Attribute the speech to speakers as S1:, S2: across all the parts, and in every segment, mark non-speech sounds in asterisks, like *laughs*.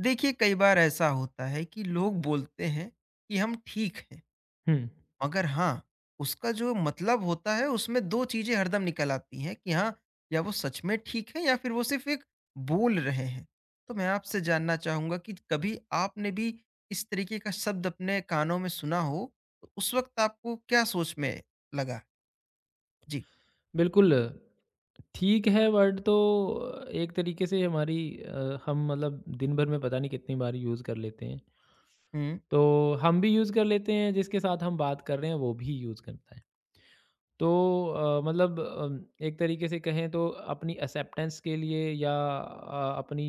S1: देखिए कई बार ऐसा होता है कि लोग बोलते हैं कि हम ठीक हैं।
S2: हुँ।
S1: मगर हाँ, उसका जो मतलब होता है उसमें दो चीजें हरदम निकल आती हैं कि हाँ, या वो सच में ठीक है या फिर वो सिर्फ एक बोल रहे हैं। तो मैं आपसे जानना चाहूंगा कि कभी आपने भी इस तरीके का शब्द अपने कानों में सुना हो, तो उस वक्त आपको क्या सोच में लगा? जी।
S2: बिल्कुल, ठीक है वर्ड तो एक तरीके से हमारी हम मतलब दिन भर में पता नहीं कितनी बार यूज़ कर लेते हैं।
S1: हम्म,
S2: तो हम भी यूज़ कर लेते हैं, जिसके साथ हम बात कर रहे हैं वो भी यूज़ करता है। तो मतलब एक तरीके से कहें तो अपनी एक्सेप्टेंस के लिए या अपनी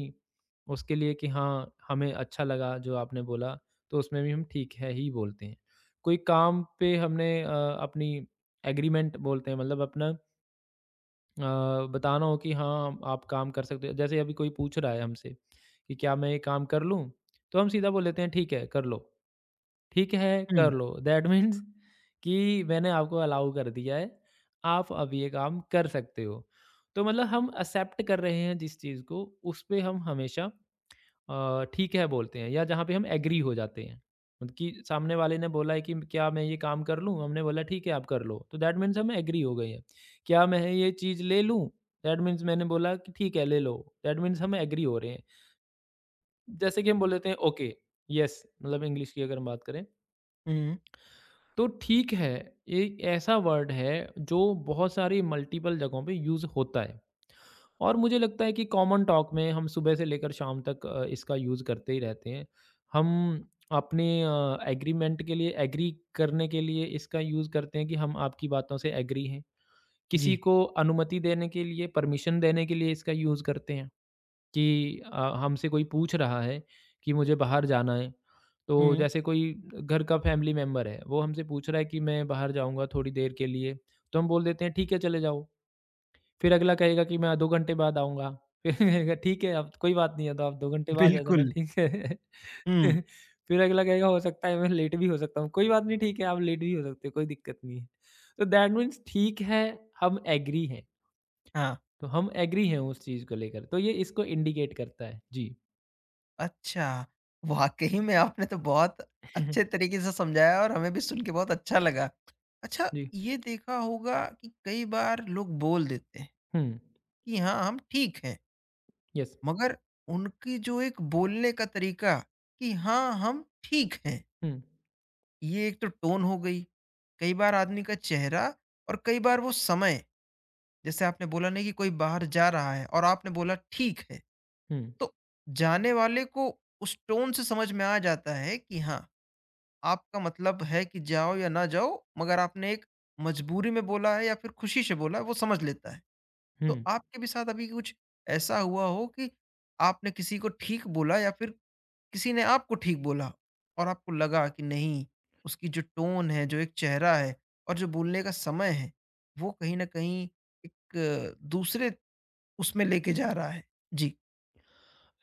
S2: उसके लिए कि हाँ, हमें अच्छा लगा जो आपने बोला, तो उसमें भी हम ठीक है ही बोलते हैं। कोई काम पे हमने अपनी एग्रीमेंट बोलते हैं मतलब अपना अ, बताना हो कि हाँ, आप काम कर सकते हो। जैसे अभी कोई पूछ रहा है हमसे कि क्या मैं ये काम कर लूँ? तो हम सीधा बोल देते हैं ठीक है, कर लो। ठीक है,
S1: हम्म,
S2: कर लो दैट मीन्स *laughs* कि मैंने आपको अलाउ कर दिया है, आप अब ये काम कर सकते हो। तो मतलब हम एक्सेप्ट कर रहे हैं जिस चीज़ को, उस पे हम हमेशा ठीक है बोलते हैं या जहाँ पे हम एग्री हो जाते हैं मतलब कि सामने वाले ने बोला है कि क्या मैं ये काम कर लूँ हमने बोला ठीक है आप कर लो तो दैट मीन्स हम एग्री हो गए हैं। क्या मैं ये चीज़ ले लूँ दैट मीन्स मैंने बोला कि ठीक है ले लो दैट मीन्स हम एग्री हो रहे हैं जैसे कि हम बोल देते हैं ओके यस मतलब इंग्लिश की अगर हम बात करें
S1: हम्म,
S2: तो ठीक है एक ऐसा वर्ड है जो बहुत सारी मल्टीपल जगहों पे यूज़ होता है और मुझे लगता है कि कॉमन टॉक में हम सुबह से लेकर शाम तक इसका यूज़ करते ही रहते हैं। हम अपने एग्रीमेंट के लिए एग्री करने के लिए इसका यूज़ करते हैं कि हम आपकी बातों से एग्री हैं। किसी
S1: जी।
S2: को अनुमति देने के लिए, परमिशन देने के लिए इसका यूज़ करते हैं कि हमसे कोई पूछ रहा है कि मुझे बाहर जाना है, तो
S1: हम्म।
S2: जैसे कोई घर का फैमिली मेंबर है, वो हमसे पूछ रहा है कि मैं बाहर जाऊँगा थोड़ी देर के लिए, तो हम बोल देते हैं ठीक है चले जाओ। फिर अगला कहेगा कि मैं 2 घंटे बाद आऊँगा। फिर कहेगा ठीक है अब कोई बात नहीं है तो आप 2 घंटे बाद आ जाना
S1: बिल्कुल।
S2: ठीक है।
S1: हम्म।
S2: *laughs* फिर अगला कहेगा हो सकता है मैं लेट भी हो सकता हूँ। कोई बात नहीं ठीक है आप लेट भी हो सकते हो कोई दिक्कत नहीं है। तो दैट मीन्स ठीक है हम एग्री हैं।
S1: हाँ।
S2: तो हम एग्री हैं उस चीज़ को लेकर। तो ये इसको इंडिकेट करता है। जी।
S1: अच्छा, वाक़ई में आपने तो बहुत
S2: *laughs* हम्म,
S1: अच्छे तरीके से समझाया और हमें भी सुन के बहुत अच्छा लगा। अच्छा,
S2: जी।
S1: ये देखा होगा कि कई बार लोग बोल देते हैं
S2: हुँ।
S1: कि हाँ, हम ठीक हैं,
S2: यस।
S1: मगर उनकी जो एक बोलने का तरीका कि हाँ, हम ठीक हैं,
S2: हुँ।
S1: ये एक तो टोन हो गई। कई बार आदमी का चेहरा और कई बार वो समय, जैसे आपने बोला नहीं कि कोई बाहर जा रहा है और आपने बोला ठीक है,
S2: हुँ।
S1: तो जाने वाले को उस टोन से समझ में आ जाता है कि हाँ, आपका मतलब है कि जाओ या ना जाओ, मगर आपने एक मजबूरी में बोला है या फिर खुशी से बोला है, वो समझ लेता है।
S2: हुँ।
S1: तो आपके भी साथ अभी कुछ ऐसा हुआ हो कि आपने किसी को ठीक बोला या फिर किसी ने आपको ठीक बोला और आपको लगा कि नहीं, उसकी जो टोन है, जो एक चेहरा है और जो बोलने का समय है, वो कहीं न कहीं एक दूसरे उसमें लेके जा रहा है? जी।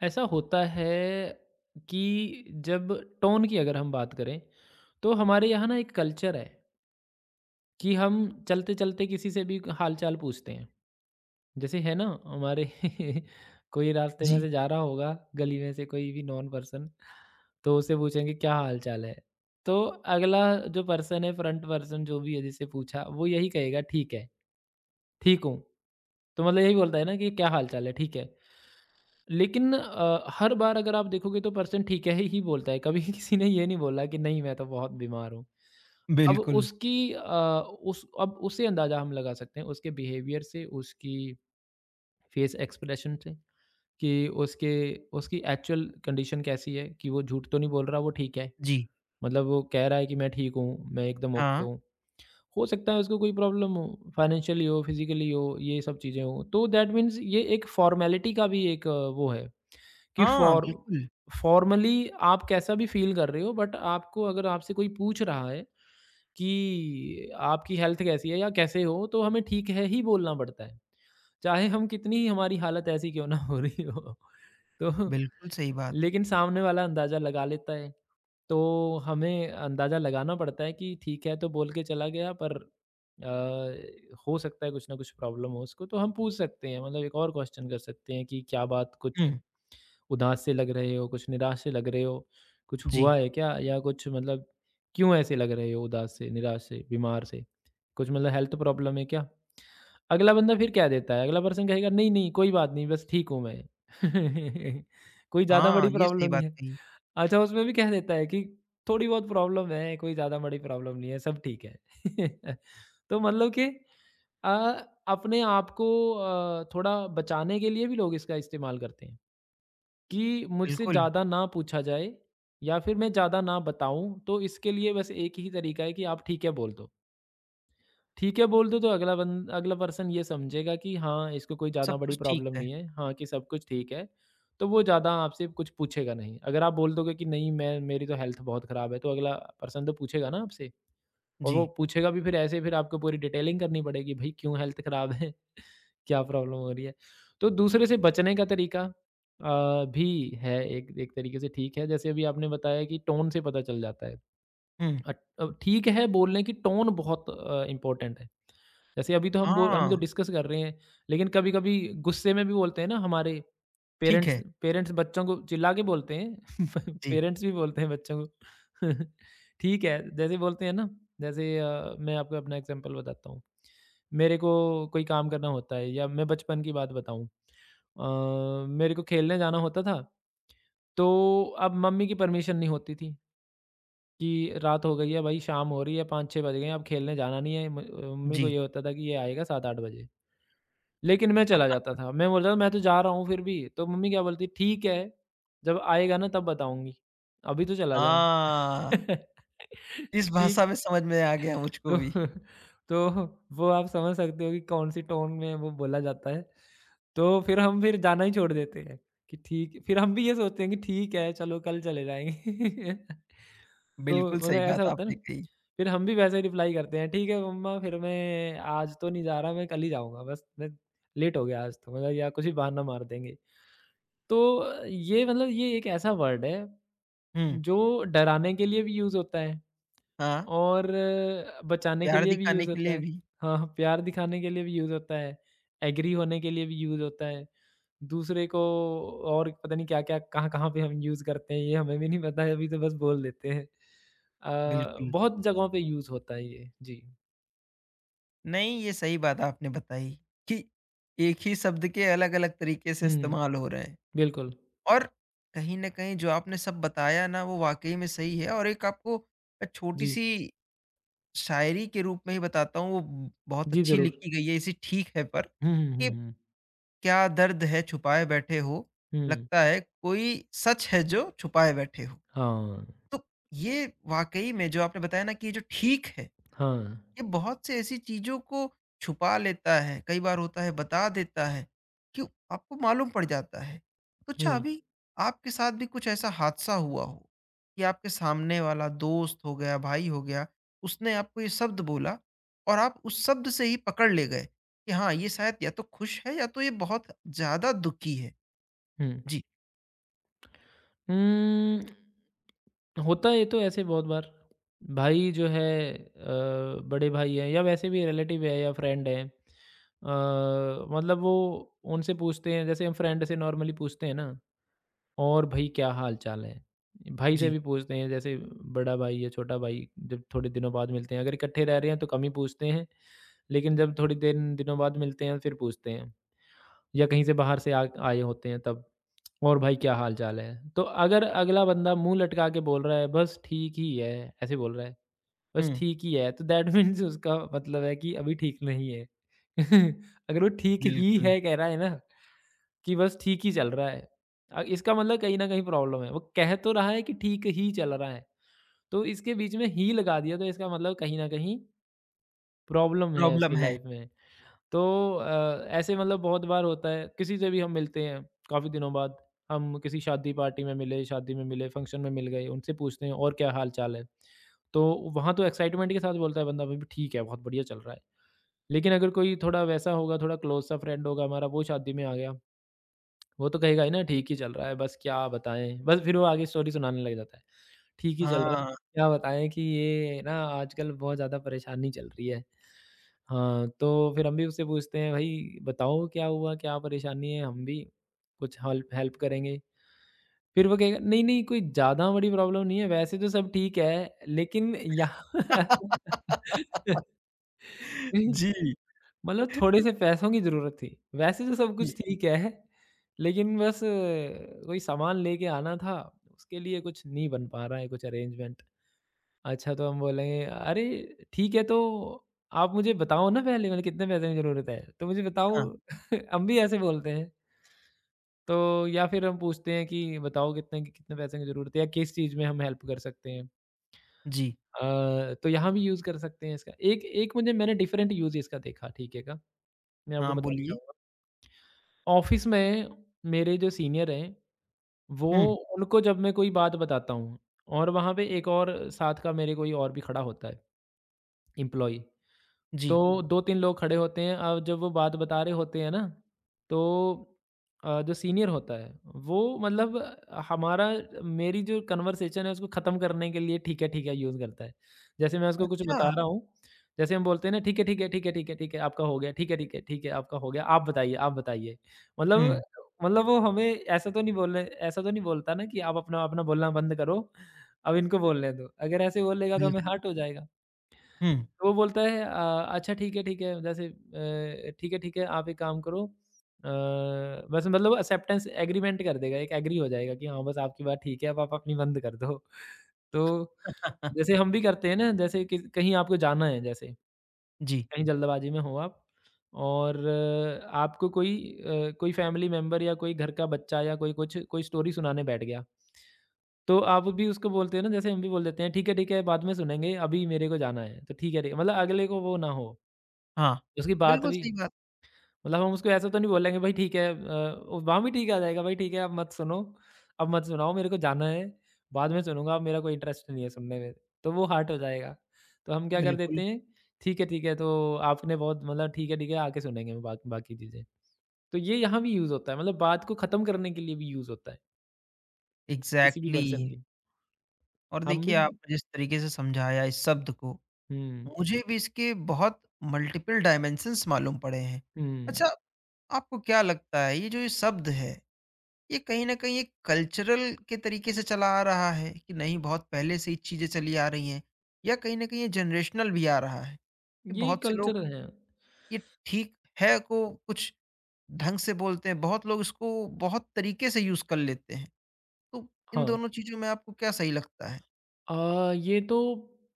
S2: ऐसा होता है कि जब टोन की अगर हम बात करें, तो हमारे यहाँ ना एक कल्चर है। कि हम चलते-चलते किसी से भी हाल-चाल पूछते हैं। जैसे है ना हमारे *laughs* कोई रास्ते में
S1: जी,
S2: से जा रहा होगा, गली में से कोई भी नॉन पर्सन, तो उससे पूछेंगे क्या हाल-चाल है? तो अगला जो पर्सन है फ्रंट पर्सन जो भी है जिससे पूछा वो यही कहेगा ठीक है। ठीक हूँ। तो मतलब यही बोलता है ना कि क्या हाल-चाल है? ठीक है। लेकिन हर बार अगर आप देखोगे तो पर्सन ठीक है ही बोलता है, कभी *laughs* किसी ने ये नहीं बोला कि नहीं मैं तो बहुत बीमार हूँ। अब
S1: बिल्कुल।
S2: उसकी अ, उस अब उससे अंदाज़ा हम लगा सकते हैं, उसके बिहेवियर से, उसकी फेस एक्सप्रेशन से कि उसके उसकी एक्चुअल कंडीशन कैसी है कि वो झूठ तो नहीं बोल रहा, वो ठीक है।
S1: जी।
S2: मतलब वो कह रहा है कि मैं ठीक हूँ, मैं एकदम ओके
S1: हाँ।
S2: हूँ। हो सकता है उसको कोई प्रॉब्लम हो, फाइनेंशियली हो, फिज़िकली हो, ये सब चीज़ें हो। तो दैट मीन्स ये एक फॉर्मेलिटी का भी एक वो है। कि
S1: हाँ, बिल्कुल।
S2: फॉर्मली आप कैसा भी फ़ील कर रहे हो बट आपको अगर आपसे कोई पूछ रहा है कि आपकी हेल्थ कैसी है या कैसे हो? तो हमें ठीक है ही बोलना पड़ता है। चाहे हम कितनी ही हमारी हालत ऐसी क्यों ना हो रही हो। *laughs* तो
S1: बिल्कुल सही बात।
S2: लेकिन सामने वाला अंदाज़ा लगा लेता है। तो हमें अंदाज़ा लगाना पड़ता है कि ठीक है तो बोल के चला गया पर हो सकता है कुछ ना कुछ प्रॉब्लम हो उसको तो हम पूछ सकते हैं मतलब एक और क्वेश्चन कर सकते हैं कि क्या बात कुछ
S1: हुँ।
S2: उदास से लग रहे हो, कुछ निराश से लग रहे हो, कुछ
S1: जी।
S2: हुआ है क्या? या कुछ मतलब क्यों ऐसे लग रहे हो उदास से, निराश से, बीमार से? कुछ मतलब हेल्थ प्रॉब्लम है क्या? अगला बंदा फिर क्या देता है? अगला पर्सन कहेगा नहीं, नहीं कोई बात नहीं बस ठीक हूँ मैं। *laughs* कोई ज़्यादा
S1: हाँ,
S2: बड़ी
S1: ये सही
S2: प्रॉब्लम नहीं
S1: बात
S2: है।
S1: कही।
S2: अच्छा उसमें भी कह देता है कि थोड़ी बहुत प्रॉब्लम है, कोई ज़्यादा बड़ी प्रॉब्लम नहीं है, सब ठीक है। *laughs* तो मतलब कि अ, अपने आप को थोड़ा बचाने के लिए भी लोग इसका इस्तेमाल करते हैं। कि मुझसे
S1: बिल्कुल,
S2: ज़्यादा ना पूछा जाए या फिर मैं ज़्यादा ना बताऊँ, तो इसके लिए बस एक ही तरीका है कि आप ठीक है बोल दो। ठीक है बोल दो तो अगला पर्सन ये समझेगा कि हाँ, इसको कोई ज़्यादा
S1: सब
S2: बड़ी
S1: कुछ ठीक
S2: प्रॉब्लम
S1: है।
S2: नहीं है, हाँ, कि सब कुछ ठीक है, तो वो ज़्यादा आपसे कुछ पूछेगा नहीं। अगर आप बोल दोगे कि नहीं मैं मेरी तो हेल्थ बहुत ख़राब है, तो अगला पर्सन तो पूछेगा ना आपसे और वो
S1: जी।
S2: पूछेगा भी फिर ऐसे फिर आपको पूरी डिटेलिंग करनी पड़ेगी, भई क्यों हेल्थ ख़राब है? क्या प्रॉब्लम हो रही है? तो दूसरे से बचने का तरीका भी है एक एक तरीके से ठीक है। जैसे अभी आपने बताया कि टोन से पता चल जाता है।
S1: हुँ।
S2: अब ठीक है बोलने की टोन बहुत इम्पोर्टेंट है। जैसे अभी तो हम तो
S1: हाँ,
S2: डिस्कस कर रहे हैं, लेकिन कभी-कभी गुस्से में भी बोलते हैं ना हमारे
S1: ठीक
S2: पेरेंट्स
S1: है।
S2: पेरेंट्स बच्चों को चिल्ला के बोलते हैं। *laughs*
S1: जी।
S2: पेरेंट्स भी बोलते हैं बच्चों को। *laughs* ठीक है, जैसे बोलते हैं ना, जैसे मैं आपको अपना एग्ज़ाम्पल बताता हूँ। मेरे को कोई काम करना होता है या मैं बचपन की बात बताऊँ मेरे को खेलने जाना होता था, तो अब मम्मी की परमिशन नहीं होती थी कि रात हो गई है भाई, शाम हो रही है, 5-6 बज गए हैं, अब खेलने जाना नहीं है। म मम्मी को
S1: जी।
S2: ये होता था कि ये आएगा 7-8 बजे, लेकिन मैं चला जाता था। मैं बोलता था मैं तो जा रहा हूँ फिर भी, तो मम्मी क्या बोलती, "ठीक है, जब आएगा ना तब बताऊँगी, अभी तो चला जा।"
S1: हाँ,
S2: *laughs*
S1: इस भाषा
S2: ठीक
S1: में समझ में आ गया मुझको
S2: तो
S1: भी।
S2: *laughs* तो वो आप समझ सकते हो कि कौन-सी टोन में वो बोला जाता है। तो फिर हम फिर जाना ही छोड़ देते हैं कि ठीक फिर हम भी ये सोचते हैं कि ठीक है, चलो कल चले जाएँगे। *laughs*
S1: बिल्कुल
S2: तो मतलब
S1: सही
S2: ऐसा
S1: बात
S2: होता है
S1: आपने
S2: ना,
S1: कही।
S2: फिर हम भी वैसे रिप्लाई करते हैं, "ठीक है मम्मा, फिर मैं आज तो नहीं जा रहा, मैं कल ही जाऊँगा बस, मैं लेट हो गया आज तो।" मतलब या कुछ भी बहाना मार देंगे। तो ये मतलब ये एक ऐसा वर्ड है,
S1: हुँ।
S2: जो डराने के लिए भी यूज़ होता है।
S1: हाँ,
S2: और बचाने के
S1: प्यार
S2: लिए भी
S1: दिखाने
S2: यूज़
S1: के
S2: होता
S1: लिए
S2: है।
S1: भी
S2: हाँ, हाँ, प्यार दिखाने के लिए भी यूज़ होता है, एग्री होने के लिए भी यूज़ होता है, दूसरे को और पता नहीं क्या-क्या, कहाँ-कहाँ पे हम यूज़ करते हैं, ये हमें भी नहीं पता है, अभी तो बस बोल देते हैं।
S1: बिल्कुल।
S2: बहुत जगहों पे यूज़ होता है ये। जी।
S1: नहीं, ये सही बात आपने बताई कि एक ही शब्द के अलग-अलग तरीके से
S2: हुँ,
S1: इस्तेमाल हो रहे हैं
S2: बिल्कुल।
S1: और कहीं न कहीं जो आपने सब बताया ना, वो वाक़ई में सही है। और एक आपको
S2: जी।
S1: छोटी-सी शायरी के रूप में ही बताता हूँ, वो बहुत
S2: जी,
S1: अच्छी
S2: ज़रूर।
S1: लिखी गई है, इसे ठीक है पर
S2: हुँ, हुँ,
S1: कि
S2: हुँ, हुँ।
S1: क्या दर्द है छुपाए बैठे हो,
S2: हुँ।
S1: लगता है कोई सच है जो छुपाए बैठे हो।
S2: हाँ।
S1: तो ये वाक़ई में जो आपने बताया ना कि ये जो ठीक है,
S2: हाँ।
S1: ये बहुत से ऐसी चीज़ों को छुपा लेता है, कई बार होता है बता देता है, कि आपको मालूम पड़ जाता है। तो अच्छा,
S2: हुँ।
S1: अभी आपके साथ भी कुछ ऐसा हादसा हुआ हो, कि आपके सामने वाला दोस्त हो गया, भाई हो गया, उसने आपको ये शब्द बोला और आप उस शब्द से ही पकड़ ले गए, कि हाँ, ये शायद या तो खुश है या तो ये बहुत ज़्यादा दुखी है?
S2: हुँ।
S1: जी।
S2: हुँ, होता है ये तो ऐसे बहुत बार। भाई जो है बड़े भाई हैं या वैसे भी रिलेटिव है या फ्रेंड है। मतलब वो उनसे पूछते हैं जैसे हम फ्रेंड से नॉर्मली पूछते हैं ना, और भाई क्या हाल-चाल है? भाई से
S1: जी।
S2: भी पूछते हैं जैसे बड़ा भाई या छोटा भाई जब थोड़े दिनों बाद मिलते हैं। अगर इकट्ठे रह रहे हैं तो कम ही पूछते हैं, लेकिन जब थोड़ी दिन दिनों बाद मिलते हैं फिर पूछते हैं। या कहीं से बाहर से आ आए होते हैं तब, और भाई क्या हाल-चाल है? तो अगर अगला बंदा मुँह लटका के बोल रहा है, बस ठीक ही है, ऐसे बोल रहा है, बस
S1: हुँ।
S2: ठीक ही है, तो दैट मीन्स *laughs* उसका मतलब है कि अभी ठीक नहीं है। *laughs* अगर वो ठीक ही
S1: बिल्कुल।
S2: है कह रहा है ना, कि बस ठीक ही चल रहा है। इसका मतलब कहीं न कहीं प्रॉब्लम है। वो कह तो रहा है कि ठीक ही चल रहा है, तो इसके बीच में ही लगा दिया तो इसका मतलब कहीं न कहीं प्रॉब्लम है
S1: प्रॉब्लम
S2: उसकी
S1: है।
S2: लाइफ़ में। तो ऐसे मतलब बहुत बार होता है किसी से भी हम मिलते हैं काफ़ी दिनों बाद। हम किसी शादी पार्टी में मिले, शादी में मिले, फंक्शन में मिल गए, उनसे पूछते हैं और क्या हाल चाल है। तो वहाँ तो एक्साइटमेंट के साथ बोलता है बंदा, भाई ठीक है, बहुत बढ़िया चल रहा है। लेकिन अगर कोई थोड़ा वैसा होगा, थोड़ा क्लोज सा फ्रेंड होगा हमारा, वो शादी में आ गया, वो तो कहेगा ही ना, ठीक ही चल रहा है बस क्या बताएं, बस फिर वो आगे स्टोरी सुनाने लग जाता है। ठीक ही चल रहा है।
S1: हाँ।
S2: क्या बताएँ कि ये ना आजकल बहुत ज़्यादा परेशानी चल रही है। हाँ, तो फिर हम भी उससे पूछते हैं, "भई बताओ क्या हुआ? क्या परेशानी है? हम भी कुछ हल्प हेल्प करेंगे।" फिर वो कहेगा, "नहीं, नहीं कोई ज़्यादा बड़ी प्रॉब्लम नहीं है, वैसे तो सब ठीक है, लेकिन यहाँ"
S1: *laughs*
S2: *laughs*
S1: जी।
S2: मतलब थोड़े से पैसों की ज़रूरत थी। वैसे तो सब
S1: जी।
S2: कुछ ठीक है, लेकिन बस कोई सामान लेके आना था, उसके लिए कुछ नहीं बन पा रहा है, कुछ अरेंजमेंट। अच्छा, तो हम बोलेंगे, "अरे! ठीक है, तो आप मुझे बताओ ना पहले, मतलब कितने पैसे की ज़रूरत है, तो मुझे बताओ।"
S1: हाँ।
S2: *laughs* हम भी ऐसे बोलते हैं, तो या फिर हम पूछते हैं कि बताओ कितने कितने पैसे की ज़रूरत है या किस चीज़ में हम हेल्प कर सकते हैं।
S1: जी।
S2: तो यहाँ भी यूज़ कर सकते हैं इसका। एक एक मुझे, मैंने डिफरेंट यूज़ इसका देखा ठीक है का, मैं आपको
S1: हाँ,
S2: बताना
S1: बोलिए।
S2: चाहूँगा। ऑफ़िस में मेरे जो सीनियर हैं, वो,
S1: हुँ।
S2: उनको जब मैं कोई बात बताता हूँ और वहाँ पे एक और साथ का, मेरे कोई और भी खड़ा होता है, एम्प्लॉयी।
S1: जी।
S2: तो 2-3 लोग खड़े होते हैं और जब वो बात बता रहे होते हैं ना, तो जो सीनियर होता है वो मतलब हमारा, मेरी जो कन्वर्सेशन है उसको ख़त्म करने के लिए ठीक है यूज़ करता है। जैसे मैं उसको कुछ बता
S1: अच्छा!
S2: रहा हूँ, जैसे हम बोलते हैं ना, ठीक है, ठीक है, ठीक है, ठीक है, ठीक है आपका हो गया, ठीक है, ठीक है, ठीक है आपका हो गया, आप बताइए, आप बताइए। मतलब
S1: हुँ।
S2: मतलब वो हमें ऐसा तो नहीं बोलने ऐसा तो नहीं बोलता ना कि आप अपना अपना बोलना बंद करो, अब इनको बोलने दो। अगर ऐसे बोलेगा तो हमें
S1: बिल्कुल।
S2: हर्ट हो जाएगा।
S1: हुँ।
S2: तो वो बोलता है अच्छा ठीक है जैसे, ठीक है आप एक काम करो, बस मतलब एक्सेप्टेंस एग्रीमेंट कर देगा, एक एग्री हो जाएगा कि हाँ, बस आपकी बात ठीक है अब आप अपनी बंद कर दो। *laughs* तो जैसे
S1: *laughs*
S2: हम भी करते हैं ना, जैसे कि कहीं आपको जाना है, जैसे
S1: जी।
S2: कहीं जल्दबाजी में हो आप और आपको कोई, कोई फैमिली मेंबर या कोई घर का बच्चा या कोई कुछ कोई स्टोरी सुनाने बैठ गया। तो आप भी उसको बोलते हो ना, जैसे हम भी बोल देते हैं, ठीक है, बाद में सुनेंगे, अभी मेरे को जाना है।" तो ठीक है, मतलब अगले को वो ना हो,
S1: हाँ।
S2: उसकी बात
S1: बिल्कुल
S2: भी,
S1: सही बात,
S2: मतलब हम उसको ऐसा तो नहीं बोलेंगे भाई ठीक है, वहाँ भी ठीक आ जाएगा भाई, ठीक है अब मत सुनो, अब मत सुनाओ मेरे को जाना है, बाद में सुनूँगा, अब मेरा कोई इंटरेस्ट नहीं है सुनने में, तो वो हर्ट हो जाएगा। तो हम क्या कर
S1: बिल्कुल।
S2: देते हैं, ठीक है तो आपने बहुत, मतलब ठीक है आके सुनेंगे बा बाकी चीज़ें। तो ये यहाँ भी यूज़ होता है, मतलब बात को ख़त्म करने के लिए भी यूज़ होता है, किसी भी
S1: एग्ज़ैक्टली।
S2: पर्सन की।
S1: और
S2: हम
S1: देखिए
S2: भी।
S1: आपने जिस तरीके से समझाया इस शब्द को,
S2: हुँ,
S1: मुझे भी इसके बहुत मल्टीपल डायमेंशंस मालूम पड़े हैं।
S2: हुँ।
S1: अच्छा, आपको क्या लगता है ये जो ये शब्द है, ये कहीं न कहीं एक कल्चरल के तरीके से चला आ रहा है कि नहीं बहुत पहले से ही चीज़ें चली आ रही हैं? या कहीं न कहीं ये जनरेशनल भी आ रहा है, कि
S2: ये
S1: बहुत से
S2: कल्चर
S1: लोग
S2: है।
S1: ये ठीक है को कुछ ढंग से बोलते हैं, बहुत लोग इसको बहुत तरीके से यूज़ कर लेते हैं। तो इन
S2: हाँ।
S1: दोनों चीज़ों में आपको क्या सही लगता है?
S2: ये तो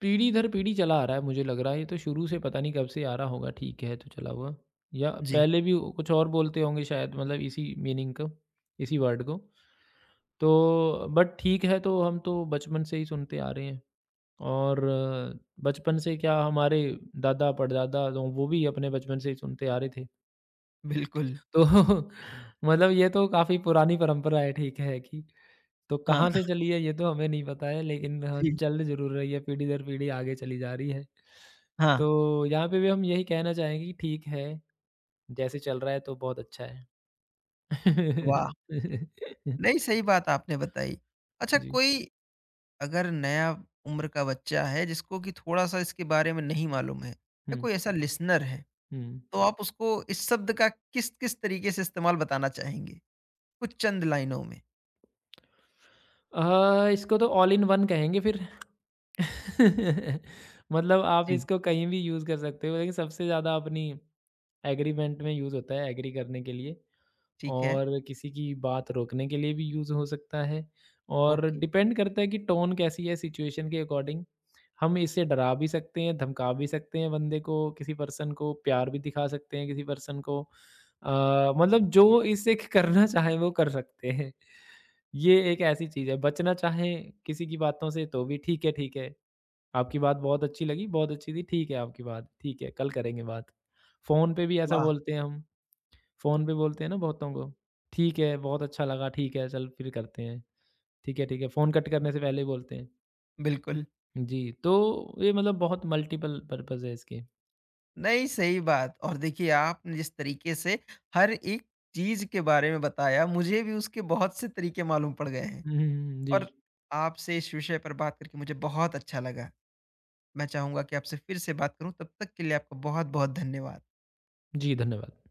S2: पीढ़ी दर पीढ़ी चला आ रहा है, मुझे लग रहा है, ये तो शुरू से पता नहीं कब से आ रहा होगा ठीक है तो चला हुआ। या
S1: जी,
S2: पहले भी कुछ और बोलते होंगे शायद मतलब इसी मीनिंग को, इसी वर्ड को। तो बट ठीक है, तो हम तो बचपन से ही सुनते आ रहे हैं और बचपन से क्या, हमारे दादा, परदादा तो वो भी अपने बचपन से ही सुनते आ रहे थे।
S1: बिल्कुल।
S2: तो *laughs* मतलब ये तो काफ़ी पुरानी परंपरा है ठीक है कि, तो
S1: हाँ,
S2: कहाँ से
S1: *laughs*
S2: चली है ये तो हमें नहीं पता है, लेकिन हाँ,
S1: जी,
S2: चल ज़रूर रही है, पीढ़ी दर पीढ़ी आगे चली जा रही है।
S1: हाँ,
S2: तो यहाँ पे भी हम यही कहना चाहेंगे कि ठीक है, जैसे चल रहा है तो बहुत अच्छा है।
S1: वाह!
S2: *laughs*
S1: नहीं, सही बात आपने बताई। अच्छा,
S2: जी।
S1: कोई अगर नया उम्र का बच्चा है जिसको कि थोड़ा-सा इसके बारे में नहीं मालूम है या
S2: हुँ,
S1: कोई ऐसा लिसनर है,
S2: हुँ।
S1: तो आप उसको इस शब्द का किस-किस तरीके से इस्तेमाल बताना चाहेंगे? कुछ चंद लाइनों में।
S2: इसको तो ऑल इन वन कहेंगे फिर। *laughs* मतलब आप
S1: जी।
S2: इसको कहीं भी यूज़ कर सकते हो, लेकिन सबसे ज़्यादा अपनी एग्रीमेंट में यूज़ होता है, एग्री करने के लिए।
S1: ठीक है।
S2: और किसी की बात रोकने के लिए भी यूज़ हो सकता है और
S1: ओके,
S2: डिपेंड करता है कि टोन कैसी है, सिचुएशन के अकॉर्डिंग। हम इससे डरा भी सकते हैं, धमका भी सकते हैं बंदे को, किसी पर्सन को प्यार भी दिखा सकते हैं किसी पर्सन को, मतलब जो इससे करना चाहे वो कर सकते हैं। ये एक ऐसी चीज़ है, बचना चाहे किसी की बातों से तो भी ठीक है, ठीक है आपकी बात बहुत अच्छी लगी, बहुत अच्छी थी, ठीक है आपकी बात, ठीक है कल करेंगे बात। फ़ोन पे भी ऐसा
S1: वाह!
S2: बोलते हैं हम, फ़ोन पे बोलते हैं ना बहुतों को, ठीक है, बहुत अच्छा लगा, ठीक है, चल फिर करते हैं। ठीक है, फ़ोन कट करने से पहले ही बोलते हैं।
S1: बिल्कुल।
S2: जी, तो ये मतलब बहुत मल्टीपल पर्पज़ है इसके।
S1: नहीं, सही बात। और देखिए आपने जिस तरीके से हर एक चीज़ के बारे में बताया, मुझे भी उसके बहुत से तरीके मालूम पड़ गए हैं
S2: हुँ, हुँ, हुँ, हुँ, जी।
S1: और आपसे इस विषय पर बात करके मुझे बहुत अच्छा लगा। मैं चाहूँगा कि आपसे फिर से बात करूँ, तब तक के लिए आपका बहुत-बहुत धन्यवाद।
S2: जी, धन्यवाद।